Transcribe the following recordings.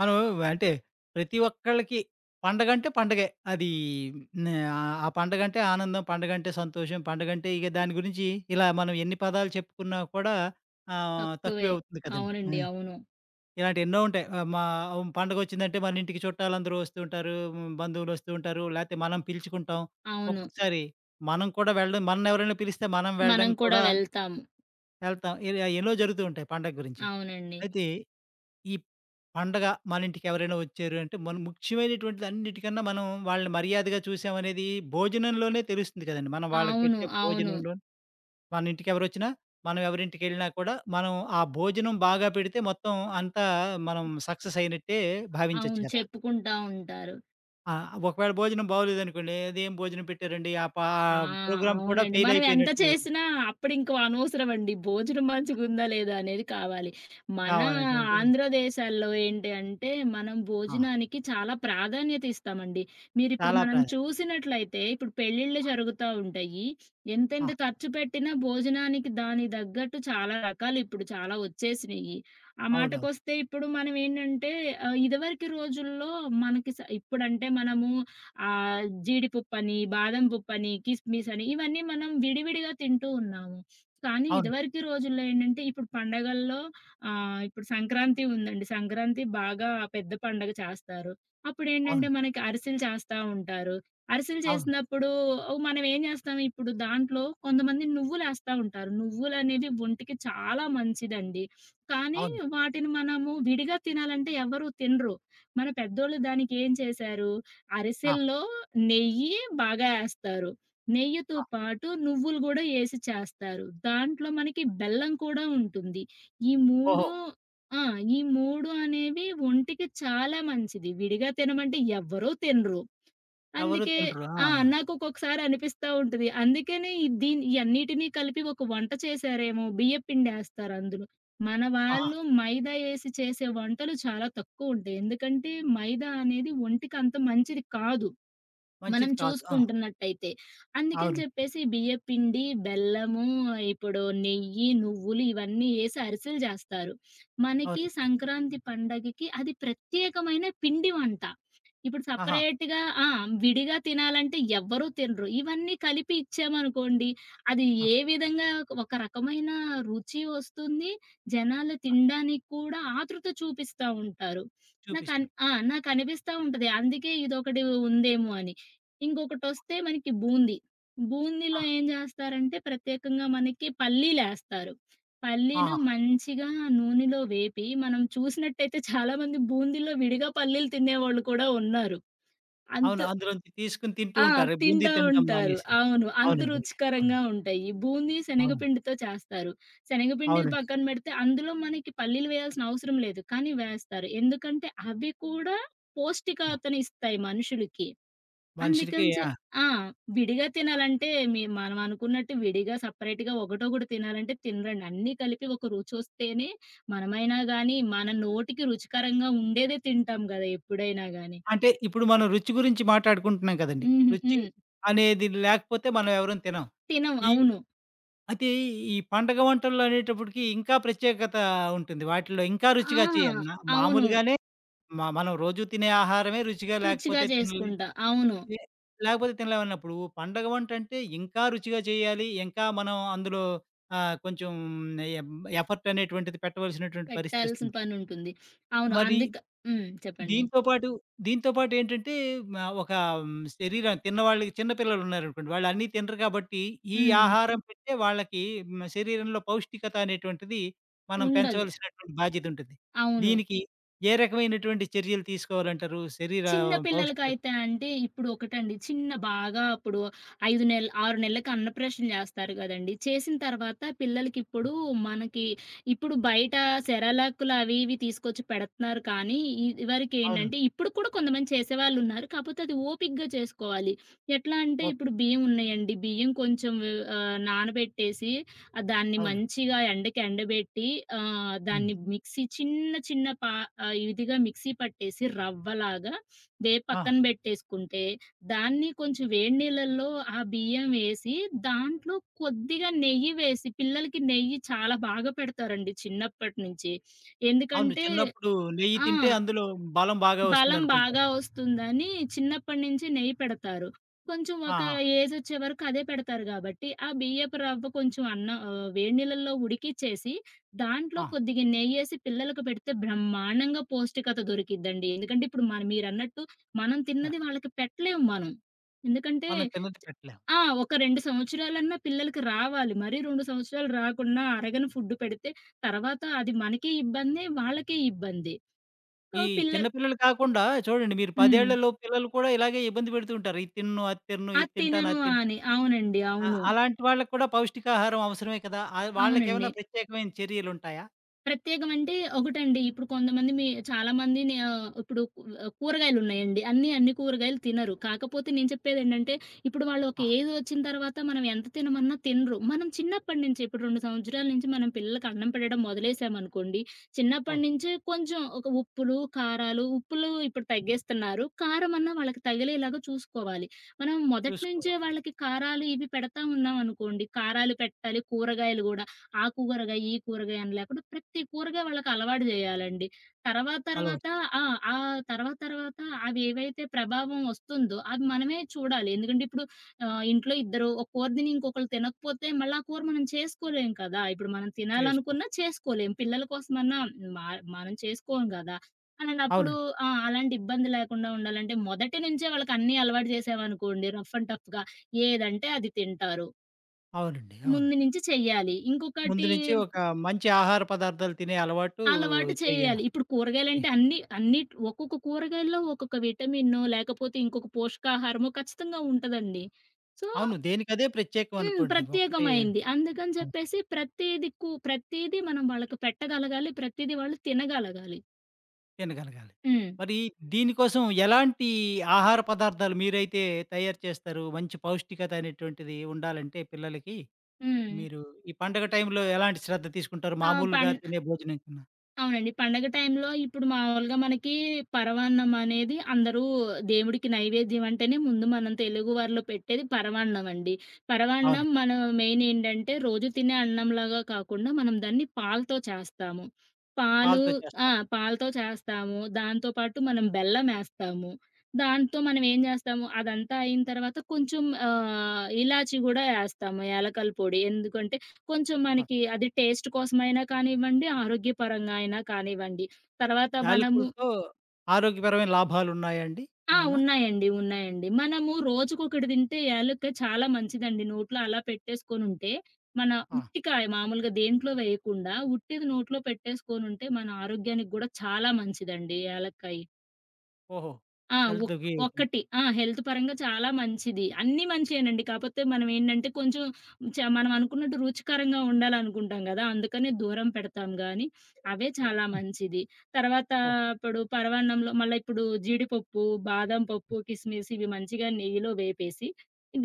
మనం అంటే ప్రతి ఒక్కళ్ళకి పండగంటే పండగే. అది ఆ పండగంటే ఆనందం, పండగంటే సంతోషం, పండగంటే ఇక దాని గురించి ఇలా మనం ఎన్ని పదాలు చెప్పుకున్నా కూడా తక్కువే. తక్కువే అవుతుంది కదండీ. అవునండి. హ్మ్. అవును. ఇలాంటివి ఎన్నో ఉంటాయి. ఆహ్, మా పండగొచ్చిందంటే మన ఇంటికి చుట్టాలందరూ వస్తూ ఉంటారు. బంధువులొస్తూ ఉంటారు. లేతే మనం పిలుచుకుంటాం. అవును. ఒక్కొక్కసారి మనం కూడా వెళ్ళడం మనల్ని ఎవరైనా పిలిస్తే మనం వెళ్ళడం మనం కూడా కూడా వెళ్తాము. వెళ్తాం. ఇలా ఎన్నో జరుగుతూ ఉంటాయి పండగ గురించి. అవునండి. అయితే ఈ పండగ మనింటికి ఎవరైనా వచ్చారు అంటే, మనం ముఖ్యమైనటువంటిది అన్నిటికన్నా మనం వాళ్ళని మర్యాదగా చూసామనేది భోజనంలోనే తెలుస్తుంది కదండీ. మనం వాళ్ళకి అవును. పెట్టే అవును. భోజనంలో మన ఇంటికి ఎవరొచ్చినా, మనం ఎవరింటికెళ్ళినా కూడా మనం ఆ భోజనం బాగా పెడితే మొత్తం అంతా మనం సక్సెస్ అయినట్టే భావించొచ్చు అవును. కదా! చెప్పుకుంటా ఉంటారు. ఆ! ఒకవేళ భోజనం బాగోలేదనుకోండి, "అదేం భోజనం పెట్టారండి? ఆ పా ఆ! ప్రోగ్రామ్ కూడా అవునండి. ఫెయిల్ మనం ఎంత అయిపోయినట్టు" చేసినా అప్పుడింక అనవసరమండి. భోజనం మంచిగుందా లేదా అనేది కావాలి. మన కావాలటువంటిది. ఆంధ్ర దేశాల్లో ఏంటి అంటే, మనం ఆ! భోజనానికి చాలా ప్రాధాన్యత ఇస్తామండి. మీరిప్పుడు చాలా మనం ప్రాధాన్యత. చూసినట్లయితే, ఇప్పుడు పెళ్ళిళ్ళు జరుగుతా ఉంటాయి. ఆ! ఎంతెంత ఖర్చు పెట్టినా భోజనానికి దానికి తగ్గట్టు చాలా రకాలు ఇప్పుడు చాలా వచ్చేసినియి. ఆ అవునవును. మాటకొస్తే ఇప్పుడు మనం ఏంటంటే, ఇదివరకు రోజుల్లో మనకి ఇప్పుడంటే మనము జీడిపప్పని, బాదం పప్పని, కిస్మిస్ అని ఇవన్నీ మనం విడివిడిగా తింటూ ఉన్నాము. కానీ అవును. ఇదివరకి రోజుల్లో ఏంటంటే ఇప్పుడు పండగల్లో ఇప్పుడు సంక్రాంతి ఉందండి. సంక్రాంతి బాగా పెద్ద పండగ చేస్తారు. అప్పుడేంటంటే అవును. మనకి అరిసెలు చేస్తా ఉంటారు. అరిసెలు అవును. చేసినప్పుడు ఓ మనం ఏం చేస్తాం ఇప్పుడు దాంట్లో కొంతమంది నువ్వులేస్తా ఉంటారు. నువ్వులనేవి ఒంటికి చాలా మంచిదండి. కానీ అవును. వాటిని మనము విడిగా తినాలంటే ఎవరు తినరు. మన పెద్దోళ్ళు దానికి ఏం చేశారు ఆ! అరిసెల్లో నెయ్యి బాగా ఏస్తారు. నెయ్యితో ఆ! పాటు నువ్వులు గూడా ఏసి చేస్తారు. దాంట్లో మనకి బెల్లం కూడా ఉంటుంది. ఈ ఓహో! 3 ఆ! ఈ 3 అనేవి ఒంటికి చాలా మంచిది. విడిగా తినమంటే ఎవ్వరూ తినరు. ఎవరు అందుకే తినరు. ఆ! ఆ! అనిపిస్తా ఉంటది. అందుకనే ఈ దీన్ని ఇయన్నిటిని కలిపి ఒక వంట చేశారేమో బియ్యపిండేస్తారందులో. మన ఆహా! వాళ్ళు మైదా ఏసి చేసే వంటలు చాలా తక్కువుంటాయి. ఎందుకంటే మైదా అనేది ఒంటికంత మంచిది కాదు. మనం మంచిది కాదు. ఆ! చూసుకుంటున్నట్టయితే. అందుకని అవునండి. చెప్పేసి బియ్యపిండి, బెల్లము, ఇప్పుడు నెయ్యి, నువ్వులు ఇవన్నీ ఏసి అరిసెలు జేస్తారు. మనకి అవునండి. సంక్రాంతి పండగకి అది ప్రత్యేకమైన పిండి వంట. ఇప్పుడు ఆహా! సెపరేట్‌గా ఆ! విడిగా తినాలంటే ఎవ్వరూ తినరు. ఇవన్నీ కలిపి ఇచ్చామనుకోండి, అది ఆ! ఏ విధంగా ఒక రకమైన రుచి వస్తుంది. జనాలు తినడానికి కూడా ఆతృత చూపిస్తా ఉంటారు. చూపిస్తాడు. ఆ! నాకనిపిస్తా ఉంటది. అందుకే ఇదొకటి ఉందేమో అని. ఇంకొకటొస్తే మనకి బూంది. బూందీలో ఆ! ఏం జేస్తారంటే ప్రత్యేకంగా మనకి పల్లీలేస్తారు. పల్లీలు ఆహా! మంచిగా నూనెలో వేపి మనం చూసినట్టయితే చాలా మంది బూందీలో విడిగా పల్లీలు తినేవాళ్ళు కూడా ఉన్నారు. అంత అవును. అందులోంచి తీసుకొని తింటూ ఆ! ఉంటారు. బూందీ తింటా తినడం ఉంటారు. మానేసి. అవును. అంత అవునండి. అవును. రుచికరంగా ఉంటాయి. ఈ బూందీ అవును. శనగపిండితో చేస్తారు. శనగపిండిది అవునండి. పక్కన బెడితే అందులో మనకి పల్లీలు వేయాల్సిన అవసరం లేదు. కానీ వేస్తారు. ఎందుకంటే అవి కూడా ఆ! పౌష్టికతనిస్తాయి మనుషులకి. మనిషికి అందుకంచే ఆ! ఆ! విడిగా తినాలంటే మనం అనుకున్నట్టు విడిగా సెపరేట్‌గా ఒకటొకటి తినాలంటే తినరండి. అన్నీ కలిపి ఒక రుచొస్తేనే మనమైనా గాని, మన నోటికి రుచికరంగా ఉండేదే తింటాం గదా! ఎప్పుడైనా గాని. అంటే ఇప్పుడు మనం రుచి గురించి మాట్లాడుకుంటున్నాం కదండీ. హుహు. రుచి హ్మ్. అనేది లేకపోతే మనం ఎవరం తినం. తినం. ఈ అవును. అయితే ఈ పండగ వంటల్లో అనేటప్పటికి ఇంకా ప్రత్యేకత ఉంటుంది. వాటిల్లో ఇంకా ఆ! రుచిగా చేయాలి. అవును. మామూలుగానే మనం రోజు తినే ఆహారమే రుచిగా రుచిగా లేకపోతే తినలే చేసుకుంటా. అవును. లే లేకపోతే తినలేమన్నప్పుడు పండగ వంటంటే ఇంకా రుచిగా చేయాలి. ఇంకా మనం అందులో కొంచెం ఎం ఎఫర్ట్ అనేటువంటిది పెట్టవలసినటువంటి పెట్టాల్సిన పరిస్థితొస్తుంది. పనుంటుంది. అవును. మరి హ్మ్. చెప్పండి. దీంతో పాటు, దీంతో పాటు ఏంటంటే ఒక మ్, శరీరం తిన్నవాళ్ళకి చిన్న పిల్లలున్నారనుకోండి. వాళ్ళు అన్నీ తినరు కాబట్టి ఈ హ్మ్. ఆహారం పెట్టే వాళ్ళకి శరీరంలో పౌష్టికత అనేటువంటిది మనం ఉండదు. పెంచవలసినటువంటి బాధ్యతుంటుంది. అవును. దీనికి ఏ రకమైనటువంటి చర్యలు తీసుకోవాలంటారు? శరీర చిన్న పౌష్టికత పిల్లలకైతే అంటే ఇప్పుడు ఒకటండి. చిన్న బాగా అప్పుడు 5 నెలలు, 6 నెలలకి అన్నప్రాషన్ జేస్తారు గదండీ! చేసిన తర్వాత పిల్లలకిప్పుడు మనకి ఇప్పుడు బయట సెరలాక్‌లు అవి ఇవి తీసుకొచ్చి పెడుతున్నారు కానీ, అవును. ఇదివరకేంటంటే ఇప్పుడు కూడా కొంతమంది చేసేవాళ్ళున్నారు. కాపోతే అది ఓపికగా చేసుకోవాలి. ఎట్లా అంటే ఇప్పుడు ఓపిక. బియ్యం ఉన్నాయండి. బియ్యం కొంచెం నానబెట్టేసి దాన్ని అవును. మంచిగా ఎండకి ఎండబెట్టి హ్మ్. దాన్ని మిక్సీ చిన్న చిన్న పా ఇదిగా మిక్సీ పట్టేసి రవ్వలాగా దే ఆ! పక్కన బెట్టేసుకుంటే, దాన్ని కొంచెం వేడి నీళ్ళల్లో ఆ బియ్యం వేసి, దాంట్లో కొద్దిగా నెయ్యి వేసి పిల్లలకి నెయ్యి చాలా బాగా పెడతారండి చిన్నప్పటి నుంచి. అవును. ఎందుకంటే చిన్నప్పుడు నెయ్యి ఆ! తింటే అందులో బలం బాగా బలం వస్తుందనుకుంటారు. బాగా వస్తుందని చిన్నప్పటి నుంచి నెయ్యి పెడతారు. కొంచెం ఒక ఆహా! ఏజొచ్చే వరకు అదే పెడతారు గాబట్టి, ఆ బియ్యపు రవ్వ కొంచెం అన్నం వేడి నీళ్ళల్లో ఉడికిచ్చేసి, దాంట్లో ఆ! కొద్దిగా నెయ్యేసి పిల్లలకు పెడితే బ్రహ్మాండంగా పౌష్టికత దొరికిద్దండి. ఎందుకంటే ఇప్పుడు మీరన్నట్టు మనం ఆ! తిన్నది వాళ్ళకి పెట్టలేము మనం. ఎందుకంటే మనం తిన్నది పెట్టలేం. ఆ! ఒక 2 సంవత్సరాలన్నా పిల్లలకి రావాలి. మరీ 2 సంవత్సరాలు రాకుండా అరగని ఫుడ్ పెడితే తర్వాత అది మనకి ఇబ్బందే, వాళ్ళకి ఇబ్బంది. సో, ఈ చిన్న పిల్లలు పిల్లలు కాకుండా చూడండి మీరు 10 హ్మ్. ఏళ్లలోపు పిల్లలు కూడా ఇలాగే ఇబ్బంది పెడుతూ ఉంటారు. ఇది తినను, అది తినను, ఆ! ఇది తింటాను, తినను అది తింటాను. అని. అవునండి. ఆ! అవును. అలాంటి వాళ్ళకి కూడా పౌష్టికాహారం అవసరమే కదా! అవునండి. వాళ్ళకేమైనా ప్రత్యేకమైన చర్యలుంటాయా? ప్రత్యేకం అంటే ఒకటండి. ఇప్పుడు కొంతమంది చాలామంది ఇప్పుడు కూరగాయలున్నాయండి. అన్నీ, అన్ని అన్ని కూరగాయలు తినరు. కాకపోతే నేను చెప్పేదేంటంటే, ఇప్పుడు వాళ్ళు ఒక ఆ! ఏజ్ వచ్చిన తర్వాత మనం ఎంత తినమన్నా తినరు. మనం చిన్నప్పటి నుంచి ఇప్పుడు 2 సంవత్సరాల నుంచి మనం పిల్లలకి అన్నం పెట్టడం మొదలేసామనుకోండి, చిన్నప్పటి అవును. నుంచే కొంచెం ఒక ఉప్పులు, కారాలు ఉప్పులు ఇప్పుడు తగ్గేస్తున్నారు. కారం అన్నా వాళ్ళకి తగిలేలాగా చూసుకోవాలి. మనం మొదటి నుంచే చూసుకోవాలి. వాళ్ళకి కారాలు ఇవి పెడతా ఉన్నామనుకోండి, కారాలు పెట్టాలి, కూరగాయలు గూడా ఆ కూరగాయ, ఈ కూరగాయ అని లేకుండా ప్రతి కూరగాయ వాళ్ళకి అలవాటు జేయాలండి. తర్వాత తర్వాత అలవాటు ఆ! ఆ తర్వాత తర్వాత అవేవైతే ప్రభావం వస్తుందో అది మనమే చూడాలి. ఎందుకంటే ఇప్పుడు ఇంట్లో ఇద్దరు ఒక కూర తిని ఇంకొకళ్ళు తినకపోతే మళ్ళీ ఆ కూర మనం చేసుకోలేం కదా! ఇప్పుడు మనం చేసుకో తినాలనుకున్నా చేసుకోలేం. పిల్లల కోసమన్నా మా మనం చేసుకోం గదా! అలాంటప్పుడు అవునండి. ఆ! అలాంటి ఇబ్బంది లేకుండా ఉండాలంటే మొదటి నుంచే వాళ్ళకి అన్నీ అలవాటు చేసామనుకోండి రఫ్ అండ్ టఫ్‌గా ఏదంటే అది తింటారు. అవునండి. అవును. ముందు నుంచి చెయ్యాలి. ముందు ఇంకొకటి నుంచి ఒక మంచి ఆహార పదార్థాలు తినే అలవాటు అలవాటు చేయాలి. చేయాలి. ఇప్పుడు కూరగాయలంటే అన్ని అన్ని ఒక్కొక్క కూరగాయల్లో ఒక్కొక్క విటమినో, లేకపోతే ఇంకొక పోషకాహారమో ఖచ్చితంగా ఉంటదండి. సో అవును. దేనికదే ప్రత్యేకం హ్మ్. అనుకోండి. ఒకటి ఆ! ప్రత్యేకమైంది. అందుకని చెప్పేసి ప్రతీది మనం వాళ్ళకి పెట్టగలగాలి. ప్రతీది వాళ్ళు తినగలగాలి. తినగలగాలి. హ్మ్. మరి దీనికోసం ఎలాంటి ఆహార పదార్థాలు మీరైతే తయారు చేస్తారు? మంచి పౌష్టికత అనేటువంటిది ఉండాలంటే పిల్లలకి హ్మ్. మీరు ఈ పండగ టైంలో ఎలాంటి శ్రద్ధ తీసుకుంటారు? ఆ! మామూలుగా తినే భోజనం కన్నా. అవునండి. పండగ టైంలో ఇప్పుడు మామూలుగా మనకి పరవాన్నం అనేది అందరూ దేవుడికి నైవేద్యం అంటేనే ముందు మనం తెలుగువారిలో పెట్టేది పరవాన్నం అండి. అవును. పరవాన్నం మనం మెయిన్ ఏంటంటే రోజు తినే అన్నంలాగా కాకుండా మనం దాన్ని పాలతో చేస్తాము. పాలు పాలతో ఆ! చేస్తారు. పాలతో చేస్తాము. దాంతో పాటు మనం బెల్లమేస్తాము. దాంతో మనం ఏం చేస్తాము అదంతా అయిన తర్వాత కొంచెం ఇలాచి గూడా ఏస్తాము. యాలకల పొడి. ఎందుకంటే కొంచెం ఆ! మనకి అది టేస్ట్ కోసమైనా కానివ్వండి, ఆరోగ్యపరంగా అయినా కానివ్వండి. తర్వాత మనము యాలకులతో ఆరోగ్యపరమైన లాభాలున్నాయా అండి ఆ! ఏమన్నా? ఉన్నాయండి. ఉన్నాయండి. మనము రోజుకొకటి తింటే యాలుక్క చాలా మంచిదండి. నోట్లో అలా పెట్టేసుకొనుంటే, మన ఆ! ఉట్టికాయ మామూలుగా దేంట్లో వేయకుండా ఉట్టిది నోట్లో పెట్టేసుకొనుంటే, మన ఆరోగ్యానికి గూడా చాలా మంచిదండి యాలక్కాయి. ఓహో! ఆ! ఒక్ హెల్త్‌కి ఒక్కటి. ఆ! హెల్త్ పరంగా చాలా మంచిది. అన్నీ మంచియేనండి. కాపోతే మనం ఏంటంటే కొంచెం మనం అనుకున్నట్టు రుచికరంగా ఉండాలనుకుంటాం గదా! అందుకనే దూరం పెడతాం గానీ, అవే చాలా హ్మ్. మంచిది. తర్వాత ఓహ్! ఇప్పుడు పరమాన్నంలో మళ్ళా ఇప్పుడు జీడిపప్పు, బాదం పప్పు, కిస్మిస్ ఇవి మంచిగా నెయ్యిలో వేపేసి,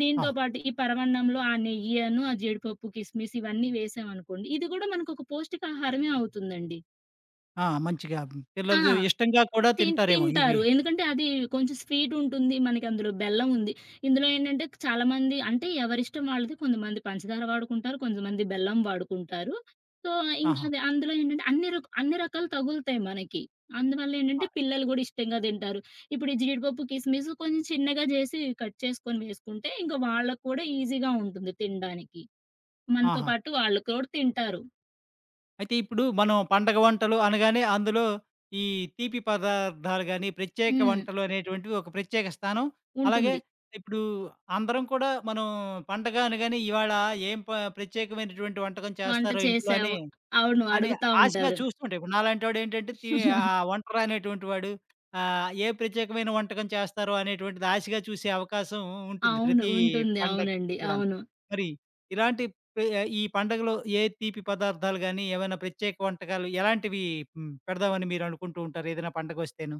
దీంతో ఆ! పాటు ఈ పరమాన్నంలో ఆ నెయ్యను, ఆ జీడిపప్పు, కిస్మిస్ ఇవన్నీ వేసామనుకోండి, ఇది గూడా మనకొక పౌష్టికాహారమే అవుతుందండి. ఆ! మంచిగా ఆ! పిల్లలు ఇష్టంగా కూడా తింటారేమో ఇవి. తింటారు. ఎందుకంటే అది కొంచెం స్వీట్ ఉంటుంది. మనకి అందులో బెల్లం ఉంది. ఇందులో ఏంటంటే చాలామంది అంటే ఎవరిష్టం వాళ్ళది. కొంతమంది పంచదార వాడుకుంటారు. కొంతమంది బెల్లం వాడుకుంటారు. సో, ఇంకా ఆహా! అది అందులో ఏంటంటే అన్ని రకాలు తగులుతాయి మనకి. అందువల్ల ఆ! ఏంటంటే పిల్లలు గూడా ఇష్టంగా తింటారు. ఇప్పుడు ఈ జీడిపప్పు, కిస్మిస్ కొంచెం చిన్నగా జేసి కట్ చేసుకొని వేసుకుంటే ఇంకా వాళ్ళకి కూడా ఈజీగా ఉంటుంది తినడానికి. మనతో ఆహా! పాటు వాళ్ళు కూడా తింటారు. అయితే ఇప్పుడు మనం పండగ వంటలు అనగానే అందులో ఈ తీపి పదార్థాలు గాని, ప్రత్యేక హ్మ్. వంటలు అనేటువంటివి ఒక ప్రత్యేక స్థానం. అలాగే ఉంటుంది. ఇప్పుడు అందరం కూడా మనం పండగ అనగానే ఇవాళ ఏం ప ప్రత్యేకమైనటువంటి వంటకం వంట చేస్తారో ఇంట్లో చేశావు అని అవును. అని అడుగుతా ఆశగా ఉంటారు. చూస్తుంటే ఇప్పుడు నాలాంటోడేంటంటే వంట రానటువంటి వాడు ఏ ప్రత్యేకమైన వంటకం చేస్తారో అనేటువంటిది ఆశగా చూసే అవకాశం ఉంటుంది అవును. ప్రతి ఉంటుంది. పండగకి అవునండి. కూడాను. అవును. మరి ఇలాంటి పె ఈ పండగలో ఏ తీపి పదార్థాలు గాని, ఏవైనా ప్రత్యేక వంటకాలు ఎలాంటివి పెడదామని మీరు అనుకుంటూ ఉంటారు ఏదైనా పండగొస్తేను?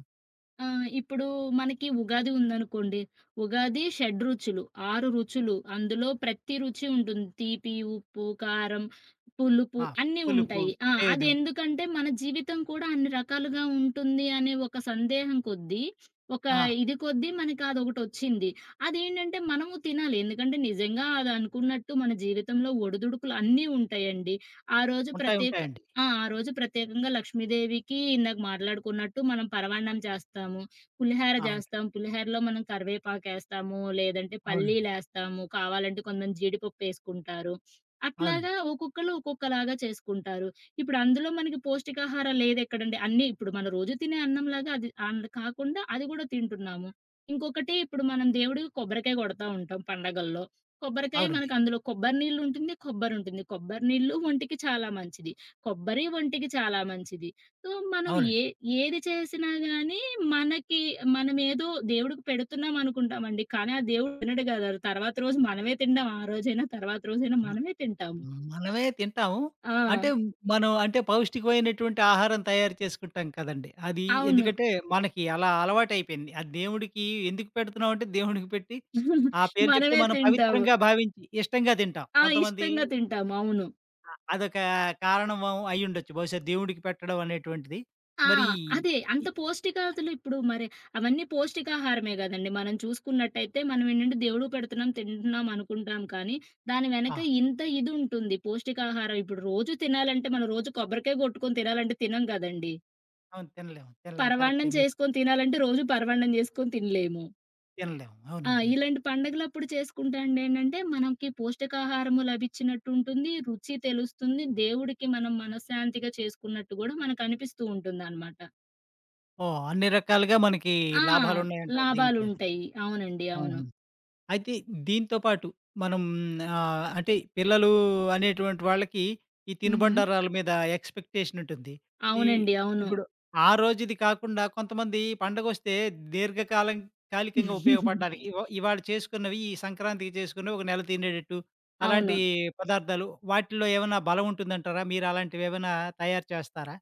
ఇప్పుడు మనకి ఉగాది ఉందనుకోండి. ఉగాది షడ్‌రుచులు, 6 రుచులు. అందులో ప్రతి రుచి ఉంటుంది. తీపి, ఉప్పు, కారం, పులుపు ఆ! అన్నీ పులుపు, ఉంటాయి. ఆ! అది చేదు. ఎందుకంటే మన జీవితం కూడా అన్ని రకాలుగా ఉంటుంది అనే ఒక సందేహం కొద్దీ, ఒక ఆ! ఇది కొద్దీ మనకి అదొకటొచ్చింది. అదేంటంటే మనము తినాలి. ఎందుకంటే నిజంగా అది అనుకున్నట్టు మన జీవితంలో ఒడిదుడుకులు అన్నీ ఉంటాయండి. ఆ రోజు ఉంటాయి. ప్రత్యేక ఉంటాయండి. ఆ! ఆ రోజు ప్రత్యేకంగా లక్ష్మీదేవికి ఇందాక మాట్లాడుకున్నట్టు మనం పరమాన్నం చేస్తాము. పులిహార అవును. చేస్తాం. పులిహారలో మనం కరివేపాకేస్తాము, లేదంటే అవునండి. పల్లీలేస్తాము, కావాలంటే కొంతమంది జీడిపప్పేసుకుంటారు. అట్లాగా అవునండి. ఒక్కొక్కళ్ళు ఒక్కొక్కలాగా చేసుకుంటారు. ఇప్పుడు అందులో మనకి పౌష్టికాహారం లేదెక్కడండి. అన్నీ ఇప్పుడు మనం రోజు తినే అన్నంలాగా అది అండ్ కాకుండా అది కూడా తింటున్నాము. ఇంకొకటి ఇప్పుడు మనం దేవుడికి కొబ్బరికాయ కొడతా ఉంటాం పండగల్లో. కొబ్బరికాయ అవునండి. మనకు అందులో కొబ్బరి నీళ్లుంటుంది, కొబ్బరుంటుంది. కొబ్బరి నీళ్లు ఒంటికి చాలా మంచిది. కొబ్బరి ఒంటికి చాలా మంచిది. సో, మనం అవునండి. ఏ ఏది చేసినా గానీ మనకి మనమేదో దేవుడికి పెడుతున్నాం అనుకుంటామండి. కానీ ఆ దేవుడు తినడు గదా! తర్వాత రోజు మనమే తింటాం. ఆ రోజైనా, తర్వాత రోజైనా అవునండి. మనమే తింటాము. హ్మ్. మనమే తింటాము. ఆ! అంటే మనం అంటే పౌష్టికమైనటువంటి ఆహారం తయారు చేసుకుంటాం కదండీ! అది అవును. ఎందుకంటే మనకి అలా అలవాటైపోయింది. ఆ దేవుడికి ఎందుకు పెడుతున్నాం అంటే దేవుడికి పెట్టి ఆ పేరు చెప్తే మనమే మనం తింటాము. పవిత్రంగా భావించి ఇష్టంగా తింటాం. ఆ! కొంతమంది ఇష్టంగా తింటాము. అవును. అదొక కారణం అయ్యుండొచ్చు. బహుశా దేవుడికి పెట్టడం అనేటువంటిది. ఆ! మరి అదే. అంత ఇ పౌష్టికాదులు ఇప్పుడు మరి అవన్నీ పౌష్టికాహారమే గదండీ! మనం చూసుకున్నట్టయితే మనం ఏంటంటే దేవుడు పెడుతున్నాం, తింటున్నాం అనుకుంటాం కానీ, దాని ఆ! వెనక ఇంత ఇది ఉంటుంది. పౌష్టికాహారం ఇప్పుడు రోజు తినాలంటే మనం రోజు కొబ్బరికాయ గొట్టుకొని తినాలంటే తినం గదండీ! అవును. తినలేము. తినలేము. కరెక్టే. పరవాన్నం మీరు చేసుకొని తినాలంటే రోజు పరవాన్నం చేసుకొని తినలేము. తినలేము. ఆ! అవునండి. ఇలాంటి పండగలప్పుడు చేసుకుంటే అండి ఏంటంటే మనకి పౌష్టికాహారము లభించినట్టు ఉంటుంది. రుచి తెలుస్తుంది. దేవుడికి మనం మనశ్శాంతిగా చేసుకున్నట్టు గూడా మనకనిపిస్తూ ఉంటుందనమాట. ఓహ్! అన్ని రకాలుగా మనకి ఆ! లాభాలున్నాయంటారు దీంట్లో. లాభాలుంటాయి. అవునండి. అవును. అవును. అయితే దీంతో పాటు మనం అంటే పిల్లలు అనేటువంటి వాళ్ళకి ఈ హుహు. తినుబండారాల మీద ఎక్స్‌పెక్టేషన్ ఉంటుంది. ఈ అవునండి. అవును. ఇప్పుడు ఆ రోజుది కాకుండా కొంతమంది పండగొస్తే దీర్ఘకాలం కాలికంగా ఉపయోగపడడానికి ఇవాళ చేసుకున్నవి ఈ సంక్రాంతికి చేసుకున్నవి ఒక నెల తినేటట్టు అలాంటి అవును. పదార్థాలు వాటిల్లో ఏమైనా బలం ఉంటుందంటారా? మీరు అలాంటివి ఏమైనా తయారు చేస్తారా?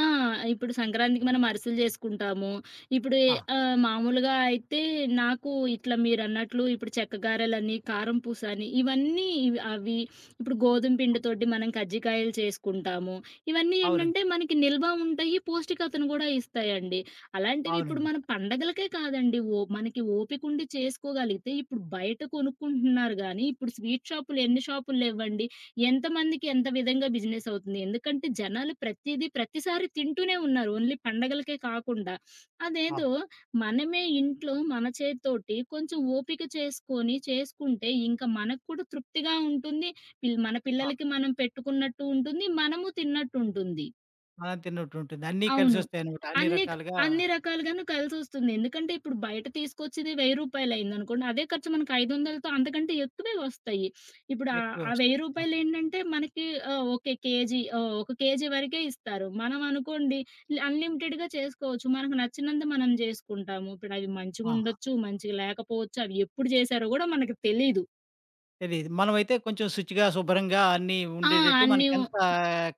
ఆ! ఇప్పుడు సంక్రాంతికి మనం అరిసెలు చేసుకుంటాము. ఇప్పుడు ఆ! మామూలుగా అయితే నాకు ఇట్లా మీరన్నట్లు ఇప్పుడు చెక్క గారెలని, కారం పూస అని ఇవన్నీ ఇవి అవి ఇప్పుడు గోధుమ పిండితోటి మనం కజ్జికాయలు చేసుకుంటాము. ఇవన్నీ అవునండి. ఏంటంటే మనకి నిల్వ ఉంటాయి. పౌష్టికతను కూడా ఇస్తాయండి. అలాంటివి ఇప్పుడు అవునండి. మనం పండగలకే కాదండి. ఓ మనకి ఓపిక ఉండి చేసుకోగలిగితే ఇప్పుడు బయట కొనుక్కుంటున్నారు గానీ, ఇప్పుడు స్వీట్ షాపులు ఎన్ని షాపులు లేవ్వండి. ఎంతమందికి ఎంత విధంగా బిజినెస్ అవుతుంది. ఎందుకంటే జనాలు ప్రతీదీ ప్రతిసారి తింటూనే ఉన్నారు. ఓన్లీ పండగలకే కాకుండా. అదేదో అవును. మనమే ఇంట్లో మన చేత్తోటి కొంచెం ఓపిక చేసుకొని చేసుకుంటే ఇంకా మనకు కూడా తృప్తిగా ఉంటుంది. మన ఆ! పిల్లలకి మనం పెట్టుకున్నట్టు ఉంటుంది. మనము తిన్నట్టు ఉంటుంది. అలా తిన్నట్టు ఉంటుంది. అన్నీ అవును. కలిసొస్తాయన్నమాట. అన్ని అన్ని క రకాలుగా అన్ని రకాలుగాను కలిసొస్తుంది. ఎందుకంటే ఇప్పుడు బయట తీసుకొచ్చేది రూ. 1000 అయిందనుకోండి. అదే ఖర్చు మనకు 500తో అంతకంటే ఎక్కువే వస్తాయి. ఇప్పుడు ఎక్కువే ఆ రూ. వస్తాయి. 1000 ఏంటంటే మనకి ఓకే. కేజీ ఒక కేజీ వరకే ఇస్తారు. మనం అనుకోండి అన్‌లిమిటెడ్‌గా చేసుకోవచ్చు. మనకు నచ్చినంత మనం జేసుకుంటాము. ఇప్పుడు అవి ఆ! మంచిగుండొచ్చు, మంచిగా లేకపోవచ్చు. అవి ఎప్పుడు జేశారో గూడా మనకు తెలీదు. తెలీదు. మనమైతే కొంచెం శుచిగా, శుభ్రంగా అన్నీ ఆ! ఉండేటట్టు అన్ని మనకెంత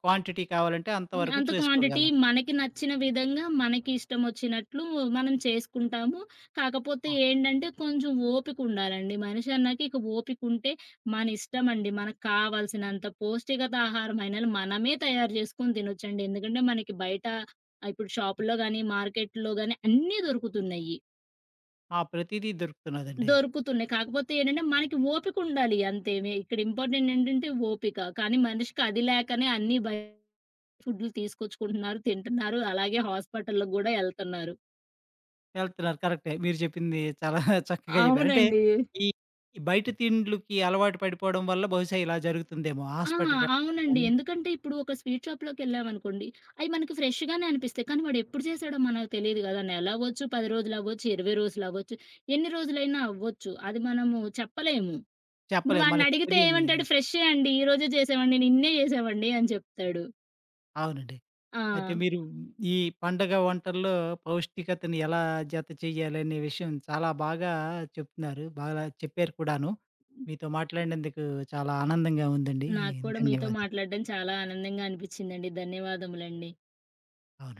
క్వాంటిటీ కావాలంటే అంతవరకు అంత క్వాంటిటీ చేసుకోగలం. మనకి నచ్చిన విధంగా, మనకి ఇష్టమొచ్చినట్లు మనం చేసుకుంటాము. కాకపోతే ఆ! ఏంటంటే, కొంచెం ఓపికుండాలండి. మనిషి అన్నాక ఇక ఓపికుంటే మన ఇష్టమండి. మనకు కావాల్సినంత పౌష్టికత ఆహారమైనను మనమే తయారు చేసుకొని తినొచ్చండి. ఎందుకంటే, మనకి బయట ఇప్పుడు షాపుల్లో గాని, మార్కెట్‌లో గాని అన్నీ దొరుకుతున్నయి. ఆ! ప్రతీదీ దొరుకుతున్నదండి. దొరుకుతున్నాయి. కాకపోతే ఏంటంటే, మనకి ఓపికుండాలి అంతే. ఇక్కడ ఇంపార్టెంట్ ఏంటంటే ఓపిక. కానీ మనిషికి అది లేకనే అన్నీ ఫుడ్‌లు తీసుకొచ్చుకుంటున్నారు, తింటున్నారు. అలాగే హాస్పిటల్‌కి గూడా ఎళ్తన్నారు. వెళ్తున్నారు కరెక్టే. మీరు చెప్పింది చాలా చక్కగా చెప్పారు. అంటే అవునండి. ఈ ఈ బయట తిండ్లుకి అలవాటు పడిపోవడం వల్ల బహుశా ఇలా జరుగుతుందేమో. ఆ! హాస్పిటల్‌కెళ్ళడం అవునండి. కానీ ఎందుకంటే ఇప్పుడు ఒక స్వీట్ షాప్‌లోకెళ్ళామనుకోండి, అయి మనకి ఫ్రెష్‌గానే అనిపిస్తాయి. కానీ వాడెప్పుడు చేశాడో మనకు తెలీదు గదా! నెలవ్వచ్చు, 10 రోజులవ్వచ్చు, 20 రోజులవ్వచ్చు, ఎన్ని రోజులైనా అవ్వచ్చు. అది మనము చెప్పలేము. ఇప్పుడు చెప్పలేం మనకి వాడినడిగితే తెలియని ఏమంటాడు? ఫ్రెష్షే అండి. ఈ రోజే చేశామండి. నిన్నే చేశామండి అని చెప్తాడు. అవునండి. ఆ! అయితే మీరు ఈ పండగ వంటల్లో పౌష్టికతని ఎలా జత చేయాలనే విషయం చాలా బాగా చెప్తున్నారు. బాగా చెప్పారు కూడాను. మీతో మాట్లాడినందుకు చాలా ఆనందంగా ఉందండి. నాకు కూడా మీతో ధన్యవాదాలు. మాట్లాడడం చాలా ఆనందంగా అనిపిచ్చిందండి. ధన్యవాదములండి. అవును.